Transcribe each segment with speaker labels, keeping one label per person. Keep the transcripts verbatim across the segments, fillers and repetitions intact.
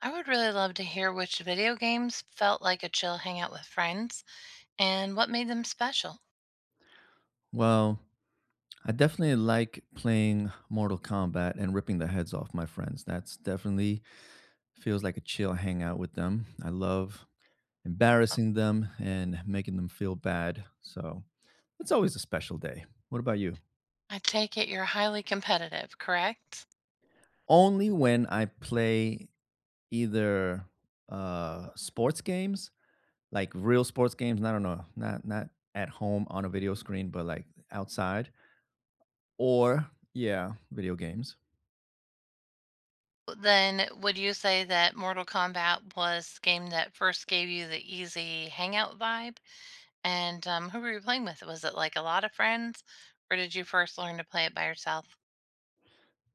Speaker 1: I would really love to hear which video games felt like a chill hangout with friends and what made them special.
Speaker 2: Well, I definitely like playing Mortal Kombat and ripping the heads off my friends. That's definitely feels like a chill hangout with them. I love
Speaker 1: Oh,
Speaker 2: embarrassing them and making them feel bad. So it's always a special day. What about you?
Speaker 1: I take it you're highly competitive, correct?
Speaker 2: Only when I play either uh sports games, like real sports games, I don't know, not not at home on a video screen, but like outside, or yeah, video games.
Speaker 1: Then would you say that Mortal Kombat was the game that first gave you the easy hangout vibe? And um, who were you playing with? Was it like a lot of friends, or did you first learn to play it by yourself?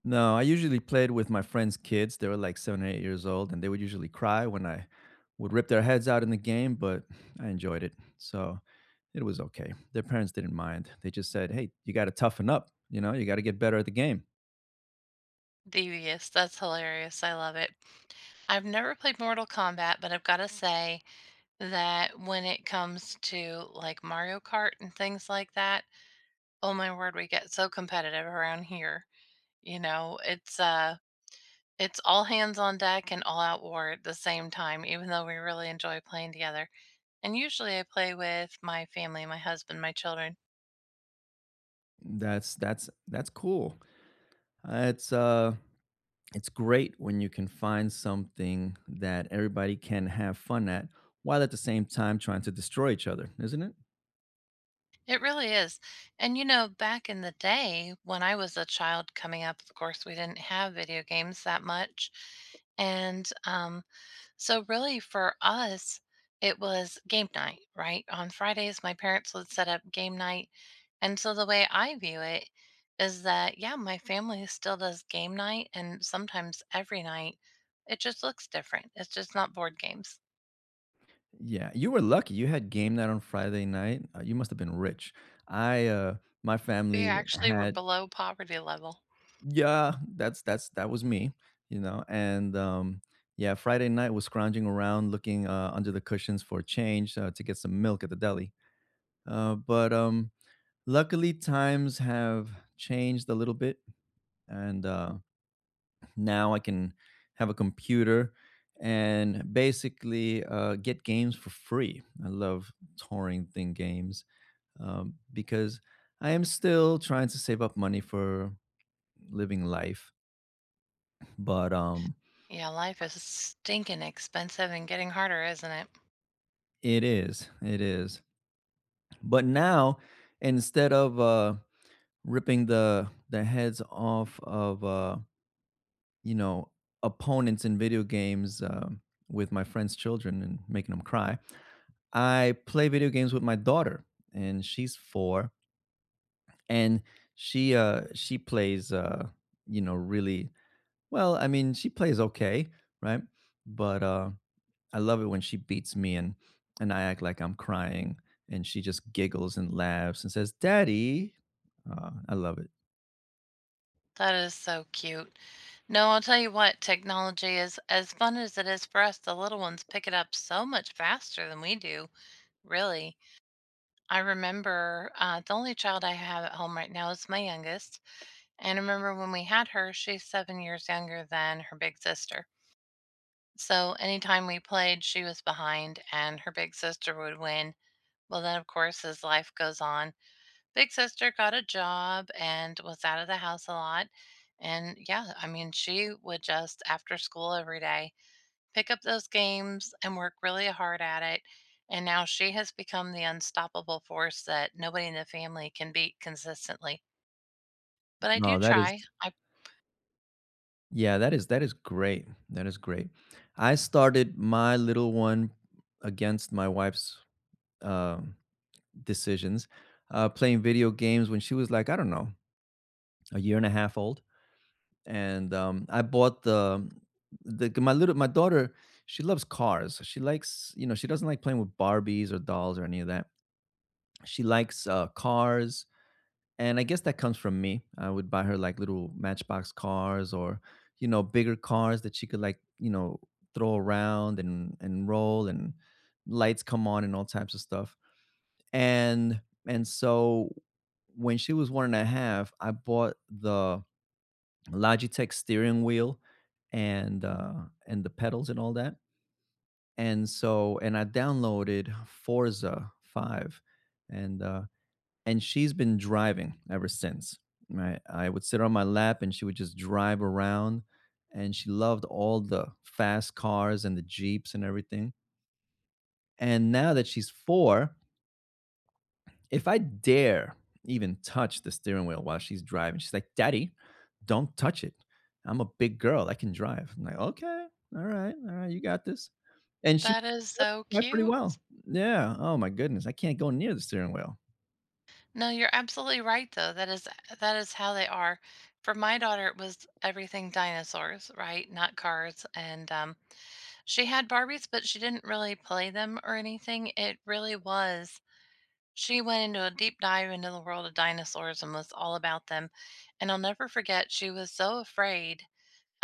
Speaker 2: No, I usually played with my friends' kids. They were like seven or eight years old, and they would usually cry when I would rip their heads out in the game, but I enjoyed it. So, it was okay. Their parents didn't mind. They just said, "Hey, you gotta toughen up, you know? You gotta get better at the game."
Speaker 1: Devious, that's hilarious. I love it. I've never played Mortal Kombat, but I've got to say, that when it comes to like Mario Kart and things like that, oh my word, we get so competitive around here. You know, it's uh it's all hands on deck and all out war at the same time, even though we really enjoy playing together. And usually I play with my family, my husband, my children.
Speaker 2: That's that's that's cool. Uh, it's, uh, it's great when you can find something that everybody can have fun at, while at the same time trying to destroy each other, isn't it?
Speaker 1: It really is. And you know, back in the day when I was a child coming up, of course, we didn't have video games that much. And um So really for us, it was game night, right? On Fridays, my parents would set up game night. And so the way I view it is that, yeah, my family still does game night and sometimes every night. It just looks different. It's just not board games.
Speaker 2: Yeah, you were lucky. You had game night on Friday night. Uh, you must have been rich. I, uh, my
Speaker 1: We
Speaker 2: family
Speaker 1: actually were
Speaker 2: had
Speaker 1: below poverty level.
Speaker 2: Yeah, that's that's that was me, you know, and um, yeah, Friday night was scrounging around looking uh, under the cushions for change uh, to get some milk at the deli. Uh, but um, Luckily, times have changed a little bit, and uh, now I can have a computer and basically uh, get games for free. I love torrenting games um, because I am still trying to save up money for living life, but um,
Speaker 1: Yeah, life is stinking expensive and getting harder, isn't it?
Speaker 2: it is, it is. But now, instead of uh, ripping the the heads off of uh, you know, opponents in video games um, with my friends' children and making them cry. I play video games with my daughter, and she's four, and she uh she plays uh you know really well. I mean, she plays okay, right? But uh, I love it when she beats me and and I act like I'm crying, and she just giggles and laughs and says, "Daddy." Uh, I love it.
Speaker 1: That is so cute. No, I'll tell you what, technology is as fun as it is for us, the little ones pick it up so much faster than we do. Really, I remember uh, the only child I have at home right now is my youngest. And I remember when we had her, she's seven years younger than her big sister. So anytime we played, she was behind and her big sister would win. Well, then, of course, as life goes on, big sister got a job and was out of the house a lot. And yeah, I mean, she would just after school every day pick up those games and work really hard at it. And now she has become the unstoppable force that nobody in the family can beat consistently. But I
Speaker 2: No,
Speaker 1: do
Speaker 2: that is
Speaker 1: try. I
Speaker 2: Yeah, that is that is great. That is great. I started my little one against my wife's um, decisions, uh, playing video games when she was like, I don't know, a year and a half old. And um, I bought the the my little my daughter. She loves cars. She likes, you know, she doesn't like playing with Barbies or dolls or any of that. She likes uh, cars. And I guess that comes from me. I would buy her like little matchbox cars or, you know, bigger cars that she could, like, you know, throw around and and roll and lights come on and all types of stuff. And and so When she was one and a half, I bought the Logitech steering wheel and uh and the pedals and all that. And so and I downloaded Forza five and uh and she's been driving ever since. Right, I would sit on my lap, and she would just drive around, and she loved all the fast cars and the jeeps and everything. And now that she's four, if I dare even touch the steering wheel while she's driving, she's like, "Daddy, don't touch it. I'm a big girl. I can drive." I'm like, "Okay, all right, all right, you got this." And she
Speaker 1: that is so
Speaker 2: drives pretty well.
Speaker 1: cute.
Speaker 2: Yeah. Oh my goodness, I can't go near the steering wheel.
Speaker 1: No, you're absolutely right though. That is that is how they are. For my daughter, it was everything dinosaurs, right? Not cars. And um, she had Barbies, but she didn't really play them or anything. It really was she went into a deep dive into the world of dinosaurs and was all about them. And I'll never forget, she was so afraid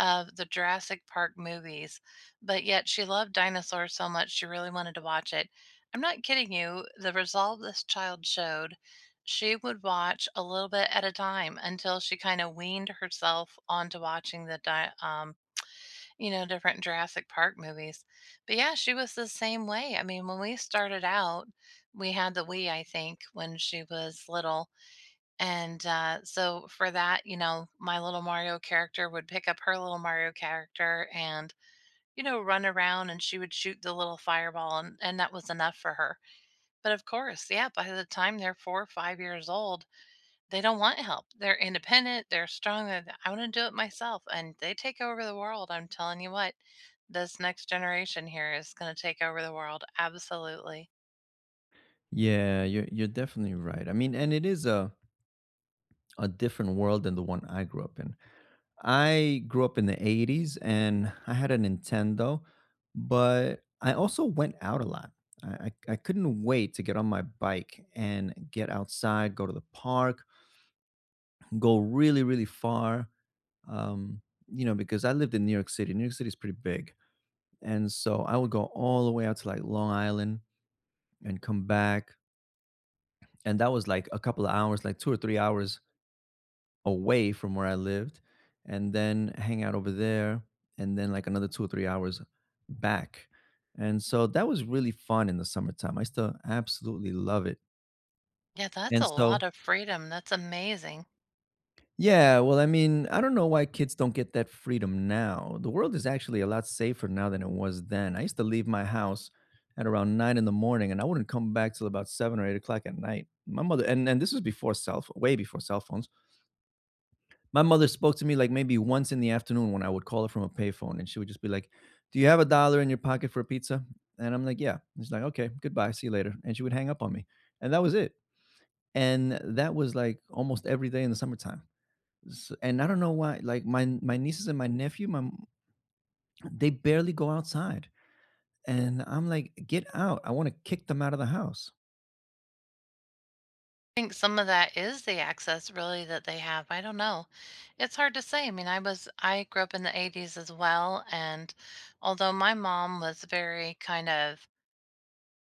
Speaker 1: of the Jurassic Park movies, but yet she loved dinosaurs so much she really wanted to watch it. I'm not kidding you. The resolve this child showed, she would watch a little bit at a time until she kind of weaned herself onto watching the di- um, you know, different Jurassic Park movies. But yeah, she was the same way. I mean, when we started out, we had the Wii, I think, when she was little. And uh, so for that, you know, my little Mario character would pick up her little Mario character and, you know, run around and she would shoot the little fireball. And, and that was enough for her. But of course, yeah, by the time they're four or five years old, they don't want help. They're independent, they're strong, they're "I wanna do it myself," and they take over the world, I'm telling you what. This next generation here is gonna take over the world, absolutely.
Speaker 2: Yeah, you're you're definitely right. I mean, and it is a a different world than the one I grew up in. I grew up in the eighties and I had a Nintendo, but I also went out a lot. I, I I couldn't wait to get on my bike and get outside, go to the park, go really, really far. Um, you know, because I lived in New York City. New York City is pretty big. And so I would go all the way out to like Long Island and come back. And that was like a couple of hours, like two or three hours away from where I lived and then hang out over there and then like another two or three hours back. And so that was really fun in the summertime. I still absolutely love it.
Speaker 1: Yeah, that's
Speaker 2: And
Speaker 1: a
Speaker 2: so
Speaker 1: lot of freedom, that's amazing.
Speaker 2: yeah, well, I mean, I don't know why kids don't get that freedom now. The world is actually a lot safer now than it was then. I used to leave my house at around nine in the morning and I wouldn't come back till about seven or eight o'clock at night. My mother and, and This was before cell phone, way before cell phones. My mother spoke to me like maybe once in the afternoon when I would call her from a payphone, and she would just be like, "Do you have a dollar in your pocket for a pizza?" And I'm like, "Yeah." And she's like, "Okay, goodbye, see you later," and she would hang up on me, and that was it. And that was like almost every day in the summertime. S and I don't know why, like my my nieces and my nephew, my they barely go outside, and I'm like, "Get out! I want to kick them out of the house."
Speaker 1: I think some of that is the access really that they have, I don't know. It's hard to say, I mean, I was I grew up in the ‘eighties as well, and although my mom was very kind of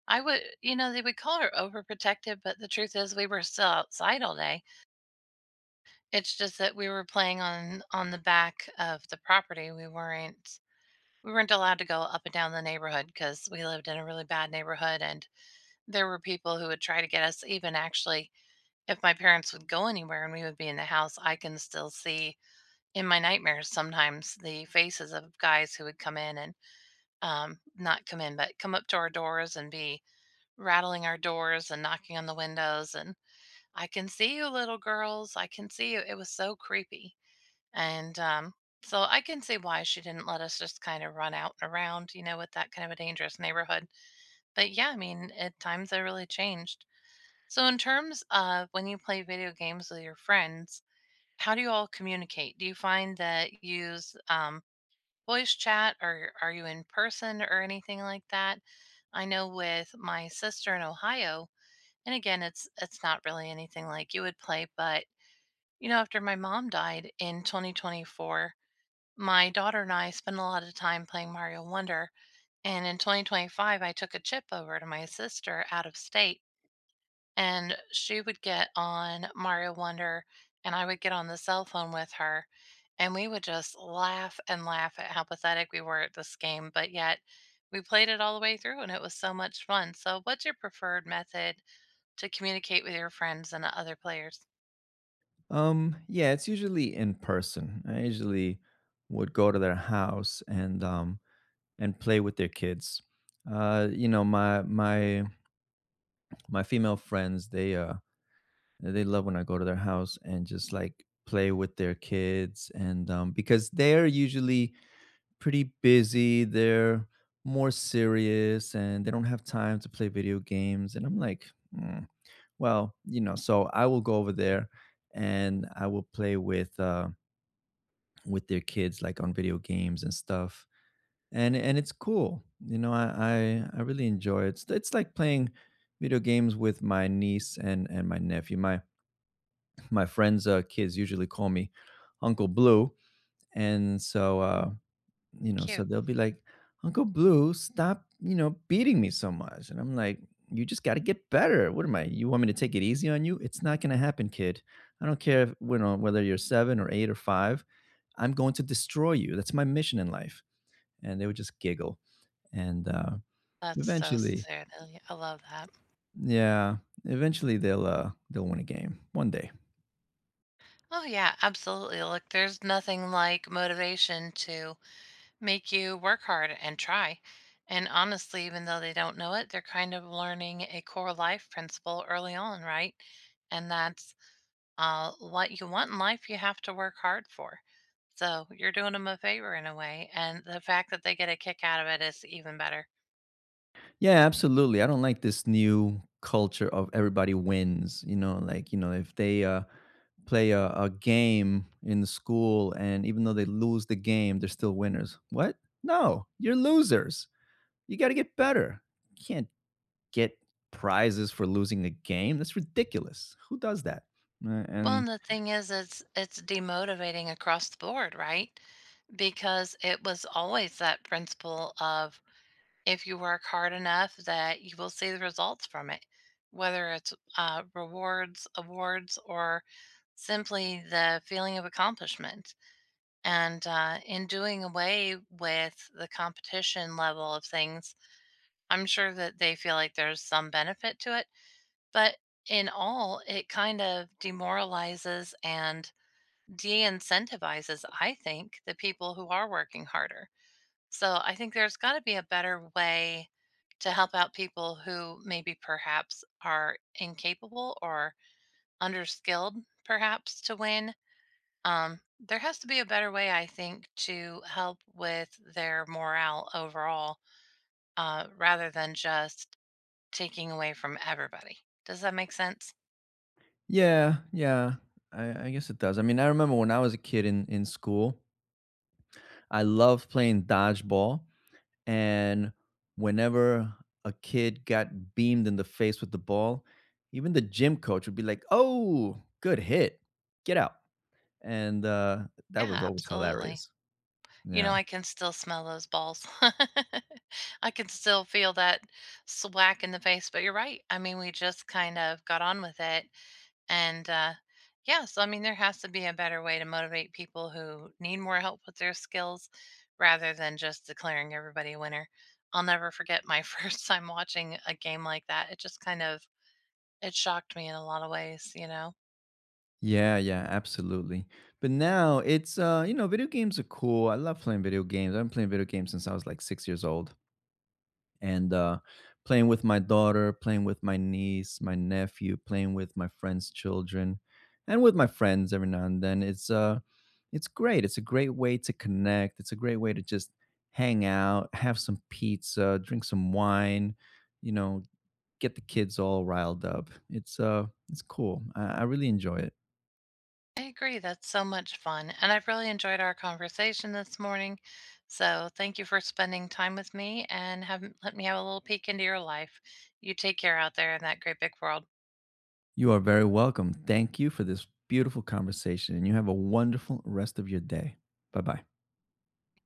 Speaker 1: I would you know, they would call her overprotective, but the truth is we were still outside all day. It's just that we were playing on on the back of the property. We weren't we weren't allowed to go up and down the neighborhood because we lived in a really bad neighborhood and there were people who would try to get us even actually if my parents would go anywhere and we would be in the house, I can still see in my nightmares sometimes the faces of guys who would come in and um not come in but come up to our doors and be rattling our doors and knocking on the windows and I can see you little girls, I can see you. It was so creepy. And um, so I can see why she didn't let us just kind of run out and around, you know, with that kind of a dangerous neighborhood. But yeah, I mean, at times I really changed. So, in terms of when you play video games with your friends, how do you all communicate? Do you find that you use um, voice chat or are you in person or anything like that? I know with my sister in Ohio, and again, it's it's not really anything like you would play, but you know, after my mom died in twenty twenty-four, my daughter and I spend a lot of time playing Mario Wonder, and in twenty twenty-five, I took a chip over to my sister out of state, and she would get on Mario Wonder, and I would get on the cell phone with her, and we would just laugh and laugh at how pathetic we were at this game, but yet we played it all the way through, and it was so much fun. So, what's your preferred method to communicate with your friends and other players?
Speaker 2: Um, yeah, it's usually in person. I usually would go to their house and, um, and play with their kids. Uh, you know, my my my female friends, they uh they love when I go to their house and just like play with their kids and um because they're usually pretty busy, they're more serious and they don't have time to play video games and I'm like, "Mm, well, you know, so I will go over there and I will play with uh with their kids like on video games and stuff and and it's cool. You know, I I, I really enjoy it. It's, it's like playing video games with my niece and and my nephew. My my friends' uh, kids usually call me Uncle Blue, and so uh, you know, so
Speaker 1: Cute.
Speaker 2: they'll be like, Uncle Blue, stop, you know, beating me so much, and I'm like. You just got to get better. What am I? You want me to take it easy on you? It's not going to happen, kid. I don't care if, you know, whether you're seven or eight or five. I'm going to destroy you. That's my mission in life. And they would just giggle and uh,
Speaker 1: That's so
Speaker 2: eventually.
Speaker 1: silly. I love that.
Speaker 2: Yeah. Eventually they'll uh they'll win a game one day.
Speaker 1: Oh, yeah, absolutely. Look, there's nothing like motivation to make you work hard and try. And honestly, even though they don't know it, they're kind of learning a core life principle early on, right? And that's uh, what you want in life, you have to work hard for. So you're doing them a favor in a way. And the fact that they get a kick out of it is even better.
Speaker 2: Yeah, absolutely. I don't like this new culture of everybody wins, you know, like, you know, if they uh play a, a game in the school and even though they lose the game, they're still winners. What? No, you're losers. You got to get better. You can't get prizes for losing a game. That's ridiculous. Who does that? Uh,
Speaker 1: Well,
Speaker 2: And
Speaker 1: and the thing is, it's it's demotivating across the board, right? Because it was always that principle of if you work hard enough that you will see the results from it, whether it's uh, rewards, awards, or simply the feeling of accomplishment. And uh, in doing away with the competition level of things, I'm sure that they feel like there's some benefit to it. But in all, it kind of demoralizes and de incentivizes, I think, the people who are working harder. So I think there's got to be a better way to help out people who maybe perhaps are incapable or underskilled, perhaps to win. Um, there has to be a better way, I think, to help with their morale overall, uh, rather than just taking away from everybody. Does that make sense?
Speaker 2: Yeah, yeah, I, I guess it does. I mean, I remember when I was a kid in, in school, I love playing dodgeball. And whenever a kid got beamed in the face with the ball, even the gym coach would be like, "Oh, good hit. Get out." And, uh, that
Speaker 1: Yeah,
Speaker 2: was always
Speaker 1: absolutely.
Speaker 2: hilarious.
Speaker 1: You know,
Speaker 2: Yeah.
Speaker 1: I can still smell those balls. I can still feel that swack in the face, but you're right. I mean, we just kind of got on with it. And uh, yeah, so I mean, there has to be a better way to motivate people who need more help with their skills rather than just declaring everybody a winner. I'll never forget my first time watching a game like that. It just kind of it shocked me in a lot of ways, you know.
Speaker 2: Yeah, yeah, absolutely. But now it's, uh, you know, video games are cool. I love playing video games. I've been playing video games since I was like six years old. And uh, Playing with my daughter, playing with my niece, my nephew, playing with my friends' children, and with my friends every now and then. It's uh, it's great. It's a great way to connect. It's a great way to just hang out, have some pizza, drink some wine, you know, get the kids all riled up. It's uh, it's cool. I, I really enjoy it.
Speaker 1: I agree. That's so much fun. And I've really enjoyed our conversation this morning. So thank you for spending time with me and have let me have a little peek into your life. You take care out there in that great big world.
Speaker 2: You are very welcome. Thank you for this beautiful conversation, and you have a wonderful rest of your day. Bye bye.